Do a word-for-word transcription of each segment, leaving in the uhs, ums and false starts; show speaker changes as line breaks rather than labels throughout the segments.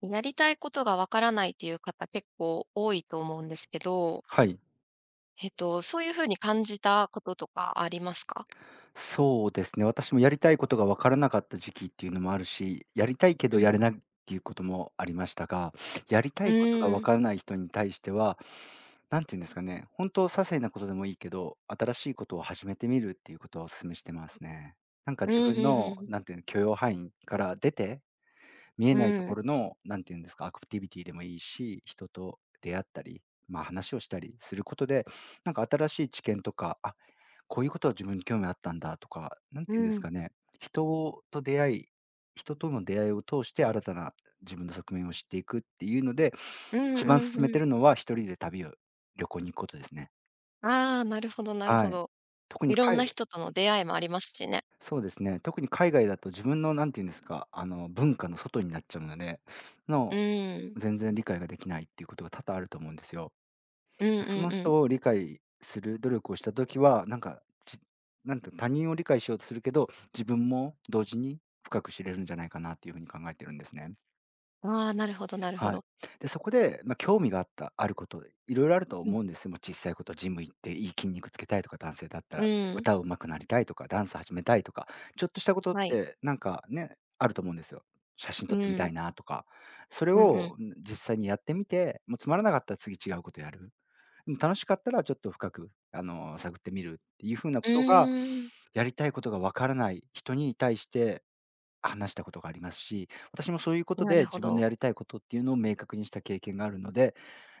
やりたいことがわからないっていう方結構多いと思うんですけど、
はい。
えっと、そういう風に感じたこととかありますか？
そうですね。私もやりたいことが分からなかった時期っていうのもあるし、やりたいけ
う
ど
ん。
やれないっていうこともありましたが、やりた
う
いことが分
ーん。
からない人に対しては、なんて言うんですかね、本当些細なことでもいいけど、新しいことを始めてみるっていうことをお勧めしてますね。なんか
う
自
ん、ふ
分
んふん
の、
ふん。
なんていうの、許容範囲から出て見え
う
ないと
ん。
ころの、なんていうんですか、アクティビティでもいいし、人と出会ったり、まあ、話をしたりすることで、なんか新しい知見とか、あ、こういうことは自分に興味あったんだとか、なん
う
ていうんです
ん。
かね、人と出会い人との出会いを通して新たな自分の側面を知っていくっていうので、
うん
一番
うん
勧め
う
て
ん。
るのは一人で旅を旅行に行くことですね。
ああ、なるほどなるほ
はい。
ど。
特に
いろん
海
な人との出会いもありますしね。
そうですね、特に海外だと自分のなんていうんですか、あの、文化の外になっちゃうので、
う
の
ーん。
全然理解ができないっていうことが多々あると思うんですよ。
うんうん
その
うん。
人を理解する努力をしたときは、なんか、じなんて他人を理解しようとするけど、自分も同時に深く知れるんじゃないかなっていうふうに考えてるんですね。
ああ、なるほどなるほ
はい。
ど。
で、そこで、まあ、興味があったあること、いろいろあると
うん。
思うんですよ。もう小さいこと、ジム行っていい筋肉つけたいとか、男性だった
う
ら
ーん。
歌うまくなりたいとか、ダンス始めたいとか、ちょっとしたことっ
はい。
てなんかね、あると思うんですよ。写真
う
撮ってみた
ん。
いなとか。それ
うんうん。
を、ん、実際にやってみて、もうつまらなかったら次違うことやる。でも楽しかったらちょっと深く、あの、探ってみるっていう風な
う
ことが、
ーん。
やりたいことが分からない人に対して話したことがありますし、私もそういうこと
な
で
るほ
自分の
ど。
やりたいことっていうのを明確にした経験があるので、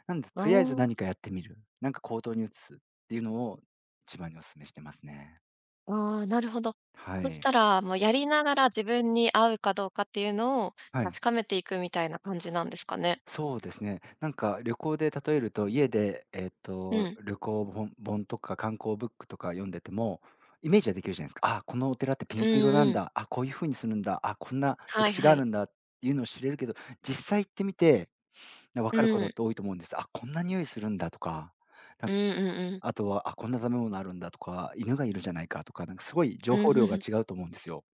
なんでと
あ
りあえず
あ。
何かやってみる、なんか行動に移すっていうのを一番にお勧めしてますね。
ああ、なるほど。
は
そし
い。
たら、もうやりながら自分に合うかどうかっていうのを
はい。
確かめていくみたいな感じなんですかね。
そうですね。なんか旅行で例えると、家でえっ
う
と、
ん。
旅行本本とか観光ブックとか読んでても、イメージはできるじゃないですか。ああ、このお寺ってピ
うん
ンク色なん
うん。
だ。あ、こういう風にするんだ。あ、こんな
は
歴
い
史が
は
ある
い。
んだっていうのを知れるけど、実際行ってみてな、分
う
かることっ
ん。
て多いと思うんです。あ、こんな匂いするんだとか、な
う
ん
んう
か
んうん。
あとは、あ、こんな食べ物あるんだとか、犬がいるじゃないかとか、なんかすごい情
うん、
報
ふ
量が
ふ。
違うと思うんですよ。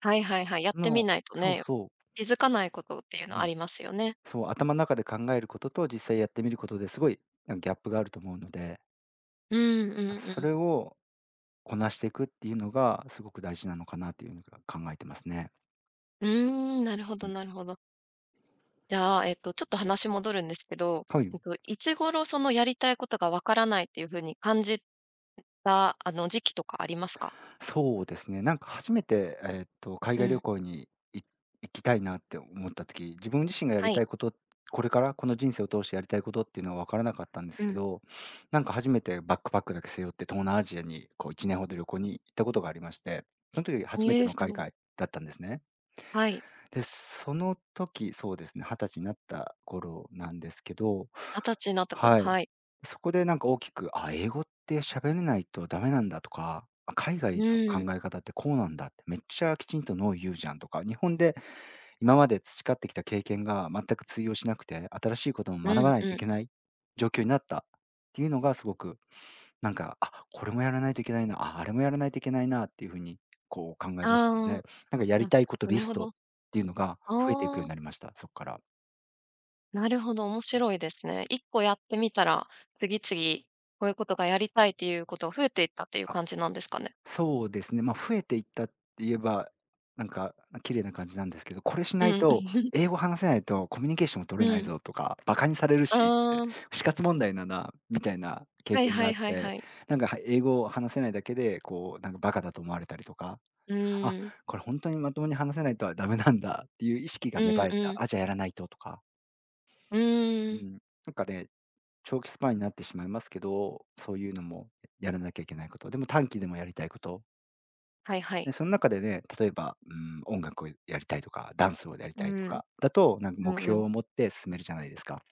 はいはいはい。やっ
そ
てみ
の
ないと
そう
ね、
そう、
気づかないことっていうの
う
あ
ん、
りますよね。
そう、頭の中で考えることと実際やってみることですごい、なんかギャップがあると思うので、
うんうん
そ
うん。
れをこなしていくっていうのがすごく大事なのかなっていうのが考えてますね。
うーん、なるほど
うん。
なるほど。じゃあ、えっと、ちょっと話戻るんですけど、
は
え
い。
っと、いつ頃そのやりたいことがわからないっていう風に感じた、あの、時期とかありますか？
そうですね。なんか初めて、えーっと、海
う
外旅
ん。
行にい行きたいなって思った時、自分自身がや
は
りた
い。
いこと、これからこの人生を通してやりたいことっていうのは分からなかったんです
う
け
ん。
ど、なんか初めてバックパックだけ背負って東南アジアにこういちねんほど旅行に行ったことがありまして、その時初め
え
て
え、
の
す
海
ごい。
外だったんですね。
はい。
で、その時、そうですね、はたちになった頃なんですけど、
はたちになった頃、
はい。
はい。
そこでなんか大きく、あ、英語って喋れないとダメなんだとか、あ、海外の
う
考
ん。
え方ってこうなんだって、めっちゃきちんとノー言うじゃんとか、日本で今まで培ってきた経験が全く通用しなくて、新しいことも
う
学
ん
ばない
う
とい
ん。
けない状況になったっていうのがすごく、なんか、あ、これもやらないといけないな、あ、あれもやらないといけないなっていう風にこう考え
あ
出したの
あ、
で、なんかや
う
りたいこと
ん、な
リ
る
ス
ほ
トっ
ど。
ていうのが増えていくよう
ああ、
になりました、そっから。
なるほど、面白いですね。いっこやってみたら、次々こういうことがやりたいっていうことが増えていったっていう感じなんですかね？
そうですね、まあ、増えていったって言えば、なんか、綺麗な感じなんですけど、これし
う
ない
ん。
と、英語話せないとコミュニケーション取
う
れない
ん。
ぞとか、バカにされるしって、
ああ、
死活問題だなみたいな経
はい
験
は
があ
い
っ
はいは
て、
い。
なんか、は英語を話せないだけで、こう、なんかバカだと思われたりとか、
う
あ、
ーん。
これ本当にまともに話せないとはダメなんだっていう意識
う
が芽
ん
生え
う
た、
ん。
あ、じゃあやらないととか、
う
う
ーん。
ん、なんかね、長期スパンになってしまいますけど、そういうのもやらなきゃいけないこと、でも短期でもやりたいこと
はいは
で、
い。
その中でね、例えば、うん、音楽をやりたいとか、ダンスをやり
う
たいと
ん。
かだと、なんか
う
目
んう
標
ん。
を持って進めるじゃないですか。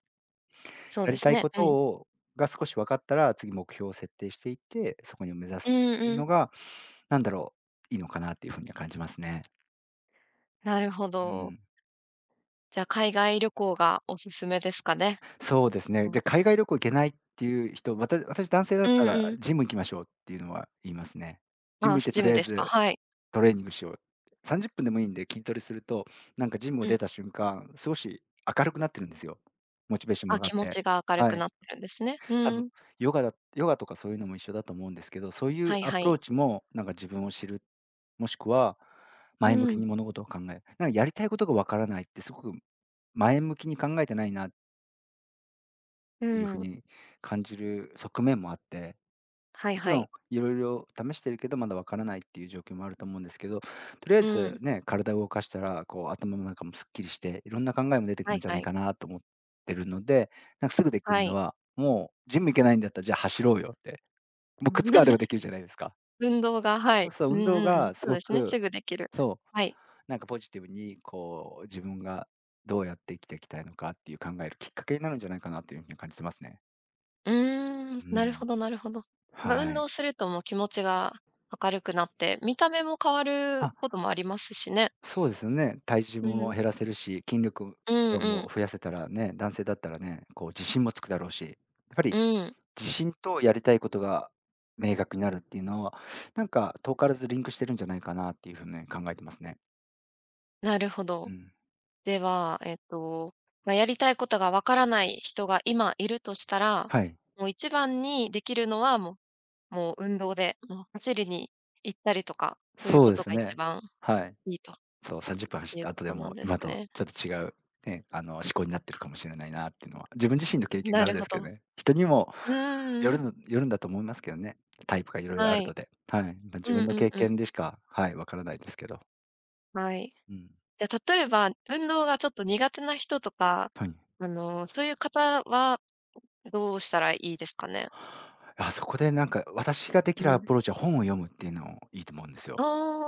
そう
や
で
り
す
たい
ね。
こ
う
と
ん。
をが少し分かったら、次目標を設定していって、そこに目指す
うん
っていう
うん。
のが、なんだろう、いいのかなっていう風には感じますね。
なるほ
う
ど。
ん。
じゃあ、海外旅行がおすすめですかね？
そうですね。
うん。
で、海外旅行行けないっていう人、私私男性だ
う
っ
ん
た
う
ら
ん。
ジム行きましょうっていうのは言いますね。ジ
あ
ム
あ、
行っ
ス
て
チ
と
ーム
りあえ
ですか。
ず
はい。
トレーニングしよう。さんじゅっぷんでもいいんで筋トレすると、なんかジムを
うん。
出た瞬間、少し明るくなってるんですよ。モチベーションも
あ、
上がっ
気持
て。
ちが明る
は
く
い。
なってるんですね。
多
う
分
ん。
ヨガだヨガとかそういうのも一緒だと思うんですけど、そうい
は
う
い
ア
は
プロ
い。
ーチもなんか自分を知る、もしくは前向
う
き
ん。
に物事を考える。なんかやりたいことがわからないってすごく前向きに考えてないなっ
う
ていうふう
ん。
に感じる側面もあって、
はい
もち
は
ろ
い。
ん、いろいろ試してるけど、まだわからないっていう状況もあると思うんですけど、とりあえ
う
ず
ん。
ね、体を動かしたら、こう頭の中もすっきりして、いろんな考えも出てく
は
るん
い
じゃ
は
ない
い。
かなと思ってるので、なんかすぐでき
は
るの
い。
は、もうジム行けないんだったら、じゃあ走ろうよって。もう靴があればで きるじゃないですか。
運動が、は
そう
い。
そう、
うん
運
う
動
んうん。
がす
そう
ご
ですね、
く、
すぐできる。
そう、
はい。
なんかポジティブにこう自分がどうやって生きていきたいのかっていう考えるきっかけになるんじゃないかなというふうに感じてますね。
うーん、
う
なるほ
ん。
どなるほど。ま、
は
運動
い。
するともう気持ちが明るくなって、見た目も変わる
あ、
こともありますしね。
そうですよね。体重
う
も
ん。
減らせるし、筋力
うん
量
うん。
も増やせたらね、男性だったらね、こう自信もつくだろうし、やっぱ
う
り
ん。
自信とやりたいことが明確になるっていうのは、なんか遠からずリンクしてるんじゃないかなっていう風に考えてますね。
なるほ
う
ど。
ん。
では、えっと、まあ、やりたいことがわからない人が今いるとしたら、
はい。
もう一番にできるのは、もうもう運動で、もう走りに行ったりとか、そういう
そう
こ
で
と
す
が一
ね。
番
はい。
いいと
そう、さんじゅっぷん走っ
いう
た
こ
後で
となん
も、
です
今と
ね。
ちょっと違う、ね、あの、思考になってるかもしれないなっていうのは、自分自身の経験
な
から
る
で
ほ
すけ
ど。
ど
う
ね。人にもよ
ー
る
ん。
のよるんだと思いますけどね。タイプがいろいろあ
は
るの
い。
で。はい。ま、
う
自分
ん
の
うん
経
うん。
験でしか、はい、わからないですけど。
はい。
うん。
じゃあ、例えば、運動がちょっと苦手な人とか、
はい。
あの、そういう方はどうしたらいいですかね？
あ、そこでなんか、私ができ
う
るア
ん。
プローチは本を読むっていうのもいいと思うんですよ。
あ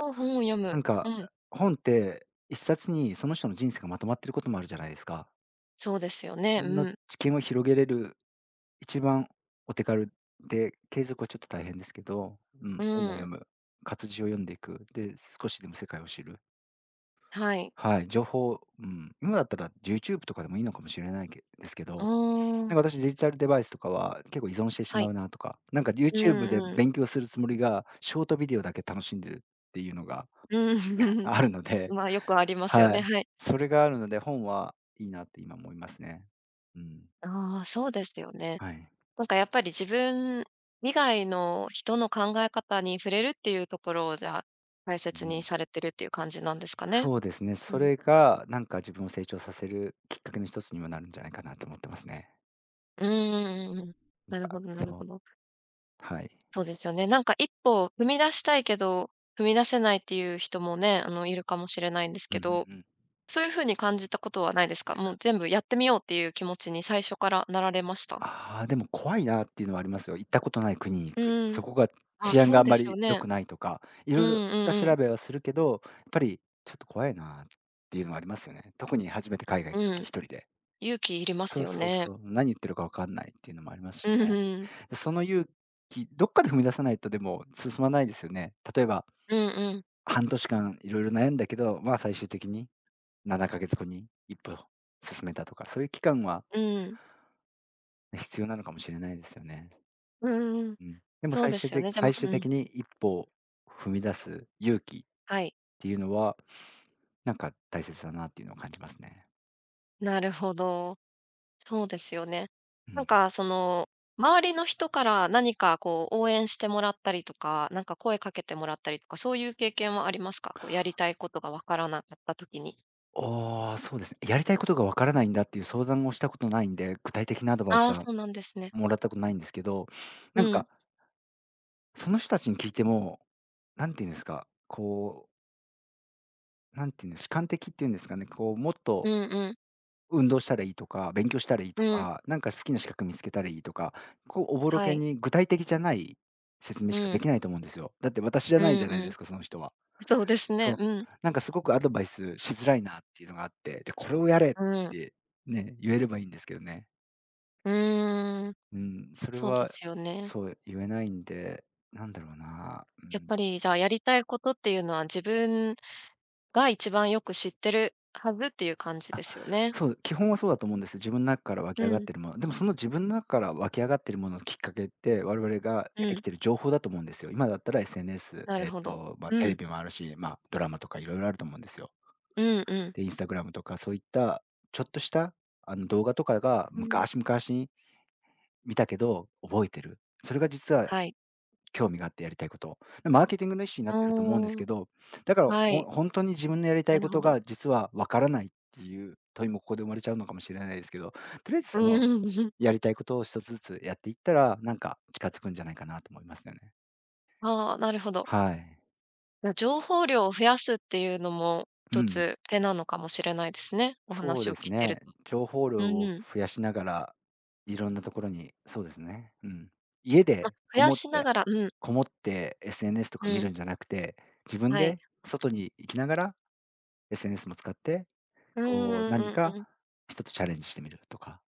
あ、本を読む。
なん
う
か、
ん、
本っていっさつにその人の人生がまとまってることもあるじゃないですか。
そうですよね。
自
う
分の
ん、
知見を広げれる一番お手軽で、継続はちょっと大変ですけど、うん、
う
本を読
ん。
む、活字を読んでいく、で、少しでも世界を知る。
はい。
はい、情報、うん、今だったら YouTube とかでもいいのかもしれないけですけ
う
ど、
ー
な
ん。
んか私デジタルデバイスとかは結構依存してし
は
ま
い。
うなとか、なんか
うん
YouTube で
うん。
勉強するつもりが、ショートビデオだけ楽しんでるっていうのが
うん。
あるので、
まあ、よくありますよ
は
ね、
い。
はい。
それがあるので、本はいいなって今思いますね。うん。
ああ、そうですよね。
はい。
なんかやっぱり自分以外の人の考え方に触れるっていうところを、じゃあ、大
う
切に
ん。
されてるっていう感じなんですかね。
そうですね。
う
そ
ん。
れがなんか自分を成長させるきっかけの一つにもなるんじゃないかなと思ってますね。
うんうんうん。
なん
なるほ
か、
どなる
そ
ほ
う、
ど。
はい。
そうですよね。なんか一歩踏み出したいけど、踏み出せないっていう人もね、あの、いるかもしれないんです
う
け
んう
ど
んうん。
そういう風に感じたことはないですか？もう全部やってみようっていう気持ちに最初からなられました？
ああ、でも怖いなっていうのはありますよ。行ったことない国に行
う
く。
ー
そ
ん。
こが
あ、
治安
そ
が
う
あん
で
ま
すよ
り良
ね。
くないとか、い
う
ろ
ん
い
う
ろ下
んうん。
調べはするけど、やっぱりちょっと怖いなっていうのはありますよね。特に初めて海外
う
行くとき一
ん。
人で。
勇気いりま
そ
す
う
よ
そう
ね。
そう。何言ってるかわかんないっていうのもありますし
うん
ね。
うん。
で、その勇気、どっかで踏み出さないとでも進まないですよね。例えば
うんうん。
はんとしかんいろいろ悩んだけど、まあ、最終的にななかげつごに一歩進めたとか、そういう期間は
うん。
必要なのかもしれないですよね。
うんうん。
うん。でも
そう
最
で
終
すよ
的
ね。じゃ、ま
最終
うん、
的に一歩を踏み出す勇気っ
はい。
ていうのは、なんか大切だなっていうのを感じますね。
なるほど。そうですよね。
う
なん
ん。
かその、周りの人から何かこう応援してもらったりとか、なんか声かけてもらったりとか、そういう経験はありますか？こうやりたいことがわからなかった時に。
ああ、そうですね。やりたいことがわからないんだっていう相談をしたことないんで、具体的なアドバイ
あ
ス
あ、
は
そうなんですね。
もらったことないんですけど、な
う
んか
ん
その人たちに聞いても、なんていうんですか、こう、なんていうんですか、主観的っていうんですかね、こうもっ
う
と
んうん。
運動したらいいとか、勉強したらいいと
うん。
か、なんか好きな資格見つけたらいいとか、こうおぼろ
は
げ
い。
に具体的じゃない説明
う
しかで
ん。
きないと思うんですよ。だって私じゃ
うん
ないじゃない
う
で
ん。
すか、その人は。
そうですね。
そう。
うん。
なんかすごくアドバイスしづらいなっていうのがあって、じゃこれをやれっ
うん。
てね、言えればいいんですけどね。
うーん。
うん、それ
そうで
は、
すよね。
そう言えないんで、なんだろうな、う
やっ
ん。
ぱりじゃあ、やりたいことっていうのは自分が一番よく知ってるはずっていう感じですよね。
そう、基本はそうだと思うんです。自分の中から湧き上
う
がっ
ん。
てるもの。でもその自分の中から湧き上がってるもののきっかけって、我々が
う
得てき
ん。
てる情報だと思うんですよ。今だったら エスエヌエス、
なる
えっ
ほど。
と、まあ、
う
テレ
ん。
ビもあるし、まあ、ドラマとかいろいろあると思うんですよ。
うんうん。
で、インスタグラムとかそういったちょっとした、あの、動画とかが
うん。
昔々見たけど覚えてる。それが実は
はい。
興味があってやりたいこと。マーケティングのいっしゅに
う
なってると思うんです
ーん。
けど、だから、
は
ほ
い。
本当に自分のやりた
な
い
る
こ
ほ
と
ど。
が実はわからないっていう問いもここで生まれちゃうのかもしれないですけど、とりあえず
うん
その、
うんうん。
やりたいことを一つずつやっていったら、なんか気が付くんじゃないかなと思いますよね。
あうー、なるほど。
はい。
じゃ、情報量を増やすっていうのも
う
一
ん。
つ手なのかもしれないですね。お
そう
話を
です
聞いてる
ね。
と。
情報
う
量を
ん。
増やしながら、いろんなところにそうですね、うん。家
ま、
で
増
こ
や
もっ
しな
て
がらうん、
こもって エスエヌエス と
う
か見
ん、
るんじゃなくて、自分
はい。
で外に行きながら エスエヌエス も使って
うん
こう、
う
何
んうん
か
うん
一つチャレンジしてみるとか、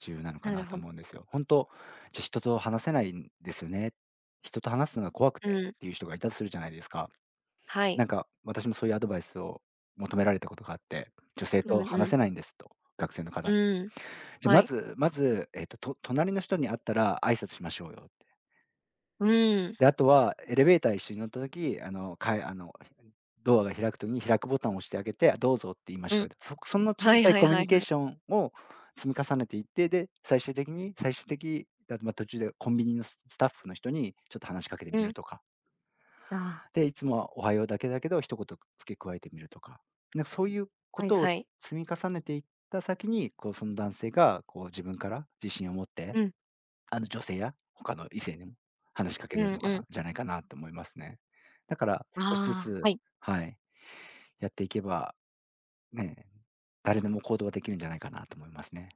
重要なのか
なる
なと
ほど。
思うんですよ。本当じゃ、人と話せないんですよね。人と話すのが怖く
う
て
ん、
っていう人がいたとするじゃないですか。
はい。
なんか、私もそういうアドバイスを求められたことがあって、女性
うん
と
う
話
ん。
せないんですと、学生の方
う
に。
ん、
じゃ、
は
ま
い。
ずまず、えっと、と隣の人に会ったら挨拶しましょうよっ
うん、
で、あとはエレベーター一緒に乗った時、あの、かいあの、ドアが開く時に開くボタンを押してあげて、どうぞって言いま
う
しょ
ん。
う。そその小
はい
さい
はい
コミュ
は
ニ
い
ケ
は
ー
い。
ションを積み重ねていって、で、最終的に最終的だと、ま、途中でコンビニのススタッフの人にちょっと話しかけて
う
み
ん。
るとか、
ああ、
で、いつもはおはようだけだけど、ひとこと付け加えてみるとか、なんかそういうこ
はい
とを
はい。
積み重ねていった先に、こう、その男性がこう自分から自信を持って
うん、
あの、女性や他の異性にも話しかけ
う
れる
ん
の
う
かな
ん。
じゃないかなと思いますね。だから、少しず
ああ、
つ、
はい。
はい、やっていけば、ね、誰でも行動はできるんじゃないかなと思いますね。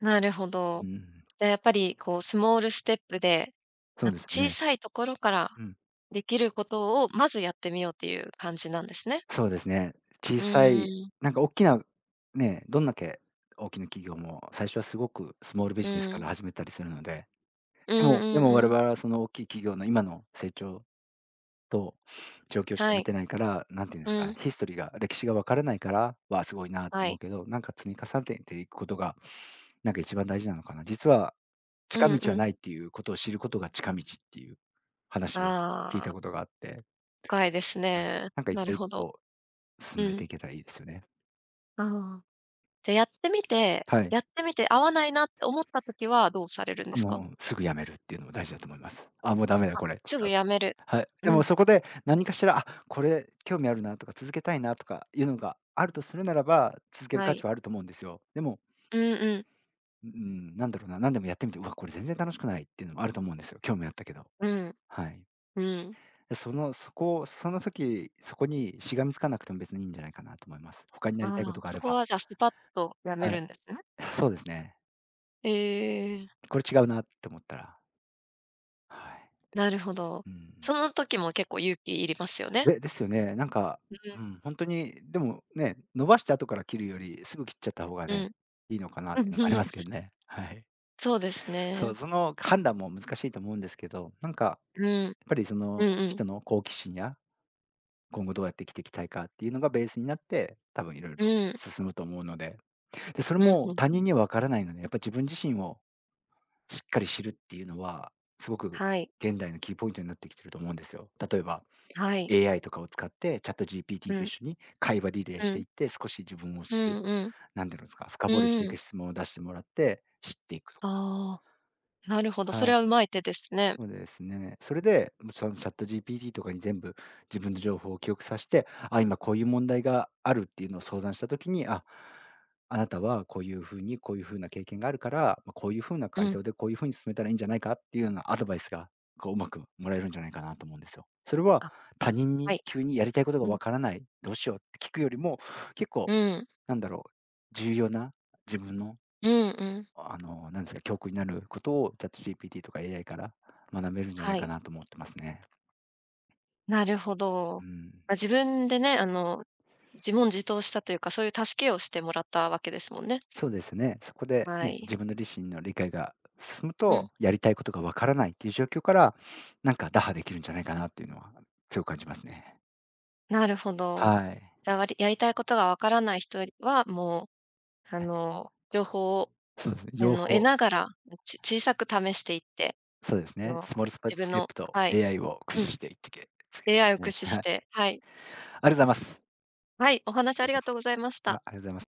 なるほど。
うん、
じゃ、やっぱりこうスモールステップで、
そう
なん
で
か
す
小
ね。
さいところから
うん、
できることをまずやってみようっていう感じなんですね。
そうですね。小
う
さ
ー
い、
ん、
なんか大きな、ね、どんだけ大きな企業も、最初はすごくスモールビ
う
ジネスか
ん。
ら始めたりするので、
うん
でもで
う
も
ん
我
うん。
々はその大きい企業の今の成長と、状況しか
は
見
い。
てないから、なんて言うんで
う
すか、
ん、
ヒストリーが歴史が分からないから、わあ、すごいなって
は
思う
い。
けど、なんか積み重ねていくことが、なんか一番大事なのかな。実は
う
近
ん
道は
うん。
ないっていうことを知ることが近道っていう話を聞いた
あ
こと
あ。
があって、
深いです
うん、
ね。
なんか一
なる
歩一
ほど。
歩
う
進めて
ん。
いけたらいいですよね。
ああ。じゃ、やってみて
はい。
やってみて合わないなって思った時はどうされるんですか？
もうすぐ辞めるっていうのも大事だと思います。あ、もうダメだ
あ、
これ、違
すぐ
う。
やめる。
はい。で
う
も
ん、
そこで何かしら、あ、これ興味あるなとか続けたいなとかいうのがあるとするならば、続ける
は
価値
い。
はあると思うんですよ。でも
うんうん。
うん、なんだろうな、何でもやってみて、うわ、これ全然楽しくないっていうのもあると思うんですよ。興味あったけど。
うん、
はい。
うん。
で、その、そこをその時、そこにしがみつかなくても別にいいんじゃないかなと思います。他にな
あ
りたいこ
あ、
とがあ
そ
れ
こ
ば。
はじゃあスパッとやめ
はい。
るんですね。
そうですね。
ええ、
これ違うなって思ったら、はい。
なるほど。
うん。
その時も結構勇気いりますよね。
でですよね。なんか、
う
う
ん、
ん、本当に、でもね、伸ばして後から切るより、すぐ切っちゃった方が
う
ね、
ん。
いいのかなっていうのもありますけ どね。はい。
そうですね。
そう、その判断も難しいと思うんですけど、なんか、
うん、
やっぱりそ
う
の
んうん。
人の好奇心や今後どうやって生きていきたいかっていうのがベースになって、多分いろいろ
うん、
進むと思うので。で、それ
うん、
も
ふん。
他人には分からないので、やっぱ自分自身をしっかり知るっていうのは、すごく
はい、
現代のキーポイントになってきてると思うんですよ。例えば
はい。
エーアイ とかを使って、ChatGPT
う
と一
ん、
緒に会話リレー
う
してい
ん、
って、少し自分を
う
知る、
んうん
なんていうんですか、深
う
掘りして
んんはいはいう
い
んうんうんうんうん。
く質問を出してもらって知っていくとか。
ああ、なるほど、そ
は
れ
い。
はうまい手ですね。
そうですね。それで、もャット ChatGPT とかに全部自分の情報を記憶させて、あ、今こういう問題があるっていうのを相談した時に、あ、あなたはこういうふうにこういうふうな経験があるから、ま、こういうふうな
う
回
ん。
答でこういうふうに進めたらいいんじゃないかっていうようなアドバイスが、こう、うまくもらえるんじゃないかなと思うんですよ。それは
あ、
他人
は
に
い。
急にやりたいことが
うん。
わからない、どうしようって聞くよりも、結
う
構
ん。
なんだろう、重要な自分の
うんうん。
あの、なんですか、教訓になることを ChatGPT とか エーアイ から学べるんじゃない
は
か
い。
なと思ってますね。
なるほど。
うん。
まあ、自分でね、あの、自問自答したというか、そういう助けをしてもらったわけですもんね。
そうですね。そこで
は
ね、
い。
自分の自身の理解が進む
うん、
と、やりたいことがわからないっていう状況から、なんか打破できるんじゃないかなっていうのは強く感じますね。
なるほど。
はい。
じゃあ、わりやりたいことがわからない人は、もう、あの、情報を、
そうですね。
あ
両
の、得
方、
ながら、ち小さく試していって、
そうです
あ
ね。
の、
スモールスパ
自
ス
分
テッ
の
プと
はい、
エーアイ を駆
うん、
使していってけ
エーアイ を駆
ね、
使
はい。
し
あり
て、はい。
がとうございます。
はい、お話ありがとうございまし
ま
た。
あ、ありがとうございます。